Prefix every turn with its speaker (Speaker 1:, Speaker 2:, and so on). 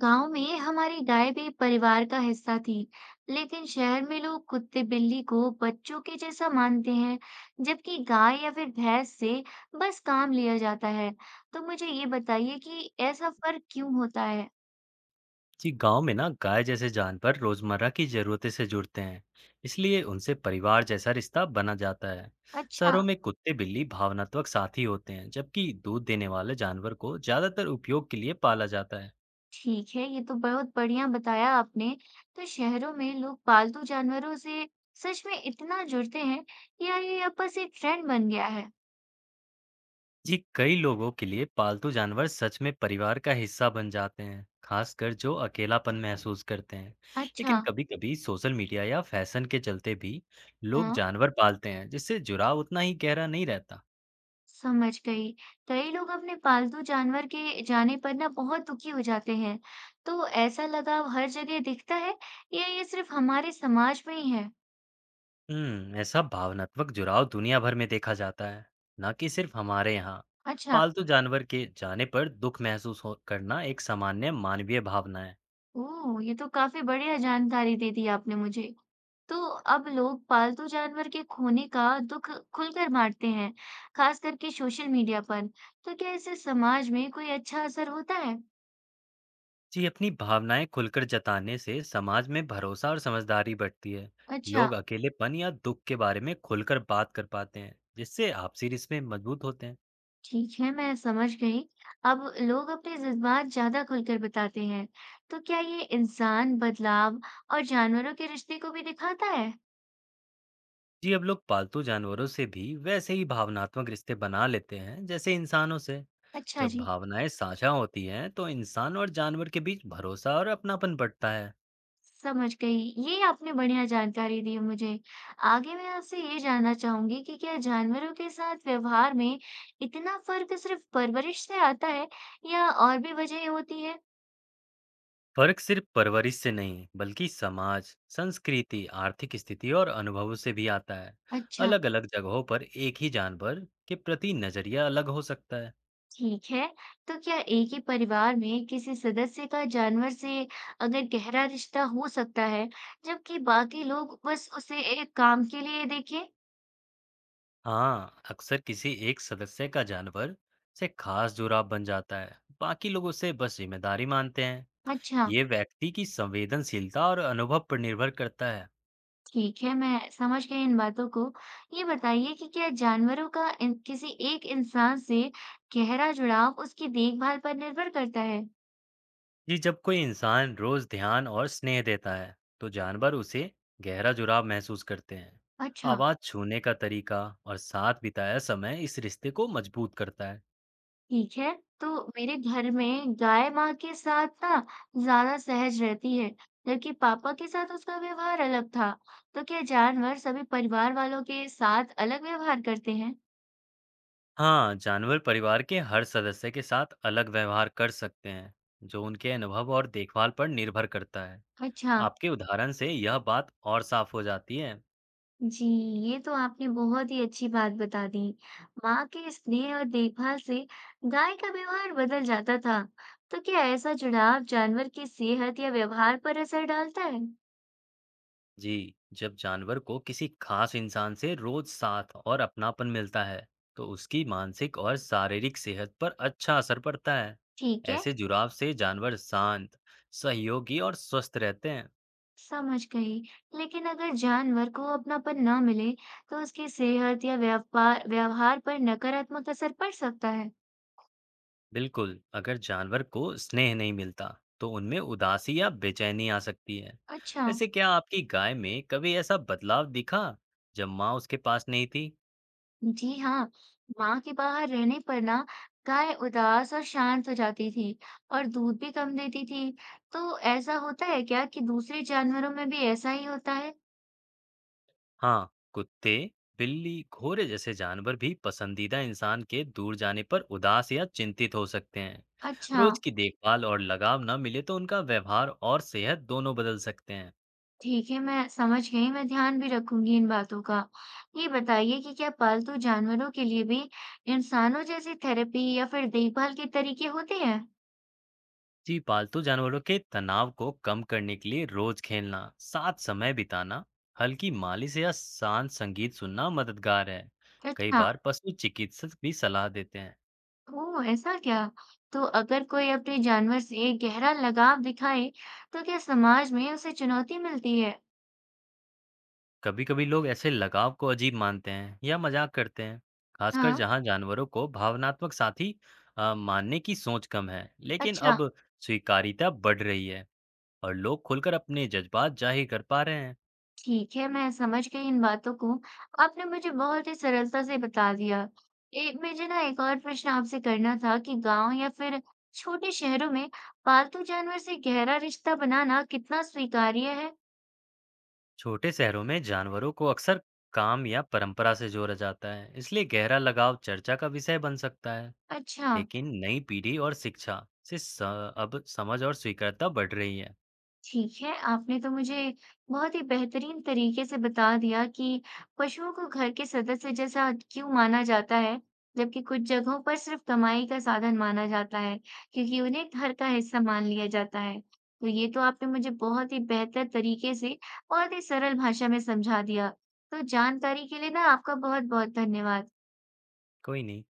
Speaker 1: गांव में हमारी गाय भी परिवार का हिस्सा थी, लेकिन शहर में लोग कुत्ते बिल्ली को बच्चों के जैसा मानते हैं, जबकि गाय या फिर भैंस से बस काम लिया जाता है। तो मुझे ये बताइए कि ऐसा फर्क क्यों होता है?
Speaker 2: जी गांव में ना गाय जैसे जानवर रोजमर्रा की जरूरतें से जुड़ते हैं। इसलिए उनसे परिवार जैसा रिश्ता बना जाता है।
Speaker 1: अच्छा,
Speaker 2: शहरों में कुत्ते बिल्ली भावनात्मक साथी होते हैं, जबकि दूध देने वाले जानवर को ज्यादातर उपयोग के लिए पाला जाता है।
Speaker 1: ठीक है, ये तो बहुत बढ़िया बताया आपने। तो शहरों में लोग पालतू जानवरों से सच में इतना जुड़ते हैं या ये आपस एक ट्रेंड बन गया है?
Speaker 2: जी कई लोगों के लिए पालतू जानवर सच में परिवार का हिस्सा बन जाते हैं, खासकर जो अकेलापन महसूस करते हैं।
Speaker 1: अच्छा,
Speaker 2: लेकिन कभी-कभी सोशल मीडिया या फैशन के चलते भी लोग
Speaker 1: हाँ।
Speaker 2: जानवर पालते हैं, जिससे जुड़ाव उतना ही गहरा नहीं रहता।
Speaker 1: समझ गई। कई लोग अपने पालतू जानवर के जाने पर ना बहुत दुखी हो जाते हैं। तो ऐसा लगाव हर जगह दिखता है या ये सिर्फ हमारे समाज में ही है?
Speaker 2: ऐसा भावनात्मक जुड़ाव दुनिया भर में देखा जाता है, न कि सिर्फ हमारे यहाँ।
Speaker 1: अच्छा,
Speaker 2: पालतू जानवर के जाने पर दुख महसूस हो करना एक सामान्य मानवीय भावना है।
Speaker 1: ओह! ये तो काफी बढ़िया जानकारी दे दी आपने मुझे। तो अब लोग पालतू जानवर के खोने का दुख खुलकर बाँटते हैं, खास करके सोशल मीडिया पर। तो क्या इससे समाज में कोई अच्छा असर होता है?
Speaker 2: जी, अपनी भावनाएं खुलकर जताने से समाज में भरोसा और समझदारी बढ़ती है।
Speaker 1: अच्छा।
Speaker 2: लोग अकेलेपन या दुख के बारे में खुलकर बात कर पाते हैं, जिससे आपसी रिश्ते मजबूत होते हैं।
Speaker 1: ठीक है, मैं समझ गई। अब लोग अपने जज्बात ज़्यादा खुलकर बताते हैं। तो क्या ये इंसान बदलाव और जानवरों के रिश्ते को भी दिखाता है?
Speaker 2: जी अब लोग पालतू जानवरों से भी वैसे ही भावनात्मक रिश्ते बना लेते हैं जैसे इंसानों से।
Speaker 1: अच्छा
Speaker 2: जब
Speaker 1: जी,
Speaker 2: भावनाएं साझा होती हैं तो इंसान और जानवर के बीच भरोसा और अपनापन बढ़ता है।
Speaker 1: समझ गई। ये आपने बढ़िया जानकारी दी मुझे। आगे मैं आपसे ये जानना चाहूंगी कि क्या जानवरों के साथ व्यवहार में इतना फर्क सिर्फ परवरिश से आता है या और भी वजह होती है?
Speaker 2: फर्क सिर्फ परवरिश से नहीं बल्कि समाज, संस्कृति, आर्थिक स्थिति और अनुभवों से भी आता है।
Speaker 1: अच्छा
Speaker 2: अलग अलग जगहों पर एक ही जानवर के प्रति नजरिया अलग हो सकता है।
Speaker 1: ठीक है, तो क्या एक ही परिवार में किसी सदस्य का जानवर से अगर गहरा रिश्ता हो सकता है, जबकि बाकी लोग बस उसे एक काम के लिए देखें?
Speaker 2: हाँ अक्सर किसी एक सदस्य का जानवर से खास जुड़ाव बन जाता है, बाकी लोग उसे बस जिम्मेदारी मानते हैं।
Speaker 1: अच्छा,
Speaker 2: ये व्यक्ति की संवेदनशीलता और अनुभव पर निर्भर करता है।
Speaker 1: ठीक है, मैं समझ गई इन बातों को। ये बताइए कि क्या जानवरों का किसी एक इंसान से गहरा जुड़ाव उसकी देखभाल पर निर्भर करता है?
Speaker 2: जी जब कोई इंसान रोज ध्यान और स्नेह देता है तो जानवर उसे गहरा जुड़ाव महसूस करते हैं।
Speaker 1: अच्छा।
Speaker 2: आवाज, छूने का तरीका और साथ बिताया समय इस रिश्ते को मजबूत करता है।
Speaker 1: ठीक है। तो मेरे घर में गाय माँ के साथ ना ज्यादा सहज रहती है, जबकि पापा के साथ उसका व्यवहार अलग था। तो क्या जानवर सभी परिवार वालों के साथ अलग व्यवहार करते हैं?
Speaker 2: हाँ जानवर परिवार के हर सदस्य के साथ अलग व्यवहार कर सकते हैं, जो उनके अनुभव और देखभाल पर निर्भर करता है।
Speaker 1: अच्छा
Speaker 2: आपके उदाहरण से यह बात और साफ हो जाती है।
Speaker 1: जी, ये तो आपने बहुत ही अच्छी बात बता दी। माँ के स्नेह और देखभाल से गाय का व्यवहार बदल जाता था। तो क्या ऐसा जुड़ाव जानवर की सेहत या व्यवहार पर असर डालता है?
Speaker 2: जी, जब जानवर को किसी खास इंसान से रोज साथ और अपनापन मिलता है, तो उसकी मानसिक और शारीरिक सेहत पर अच्छा असर पड़ता है।
Speaker 1: ठीक है।
Speaker 2: ऐसे जुड़ाव से जानवर शांत, सहयोगी और स्वस्थ रहते हैं।
Speaker 1: समझ गई। लेकिन अगर जानवर को अपनापन ना मिले, तो उसकी सेहत या व्यापार व्यवहार पर नकारात्मक असर पड़ सकता है।
Speaker 2: बिल्कुल, अगर जानवर को स्नेह नहीं मिलता, तो उनमें उदासी या बेचैनी आ सकती है।
Speaker 1: अच्छा।
Speaker 2: वैसे क्या आपकी गाय में कभी ऐसा बदलाव दिखा, जब माँ उसके पास नहीं थी?
Speaker 1: जी हाँ, माँ के बाहर रहने पर ना गाय उदास और शांत हो जाती थी, और दूध भी कम देती थी। तो ऐसा होता है क्या कि दूसरे जानवरों में भी ऐसा ही होता है?
Speaker 2: हाँ कुत्ते, बिल्ली, घोड़े जैसे जानवर भी पसंदीदा इंसान के दूर जाने पर उदास या चिंतित हो सकते हैं।
Speaker 1: अच्छा।
Speaker 2: रोज की देखभाल और लगाव न मिले तो उनका व्यवहार और सेहत दोनों बदल सकते हैं।
Speaker 1: ठीक है, मैं समझ गई, मैं ध्यान भी रखूंगी इन बातों का। ये बताइए कि क्या पालतू जानवरों के लिए भी इंसानों जैसी थेरेपी या फिर देखभाल के तरीके होते हैं?
Speaker 2: जी पालतू जानवरों के तनाव को कम करने के लिए रोज खेलना, साथ समय बिताना, हल्की मालिश या शांत संगीत सुनना मददगार है। कई
Speaker 1: अच्छा,
Speaker 2: बार पशु चिकित्सक भी सलाह देते हैं।
Speaker 1: ओह ऐसा क्या? तो अगर कोई अपने जानवर से गहरा लगाव दिखाए, तो क्या समाज में उसे चुनौती मिलती है?
Speaker 2: कभी-कभी लोग ऐसे लगाव को अजीब मानते हैं या मजाक करते हैं, खासकर
Speaker 1: हाँ,
Speaker 2: जहां जानवरों को भावनात्मक साथी मानने की सोच कम है। लेकिन
Speaker 1: अच्छा।
Speaker 2: अब स्वीकार्यता बढ़ रही है और लोग खुलकर अपने जज्बात जाहिर कर पा रहे हैं।
Speaker 1: ठीक है, मैं समझ गई इन बातों को। आपने मुझे बहुत ही सरलता से बता दिया। ए, मुझे ना एक और प्रश्न आपसे करना था कि गाँव या फिर छोटे शहरों में पालतू जानवर से गहरा रिश्ता बनाना कितना स्वीकार्य है?
Speaker 2: छोटे शहरों में जानवरों को अक्सर काम या परंपरा से जोड़ा जाता है, इसलिए गहरा लगाव चर्चा का विषय बन सकता है।
Speaker 1: अच्छा।
Speaker 2: लेकिन नई पीढ़ी और शिक्षा से अब समझ और स्वीकार्यता बढ़ रही है।
Speaker 1: ठीक है, आपने तो मुझे बहुत ही बेहतरीन तरीके से बता दिया कि पशुओं को घर के सदस्य जैसा क्यों माना जाता है, जबकि कुछ जगहों पर सिर्फ कमाई का साधन माना जाता है, क्योंकि उन्हें घर का हिस्सा मान लिया जाता है। तो ये तो आपने मुझे बहुत ही बेहतर तरीके से, बहुत ही सरल भाषा में समझा दिया। तो जानकारी के लिए ना आपका बहुत-बहुत धन्यवाद।
Speaker 2: कोई नहीं।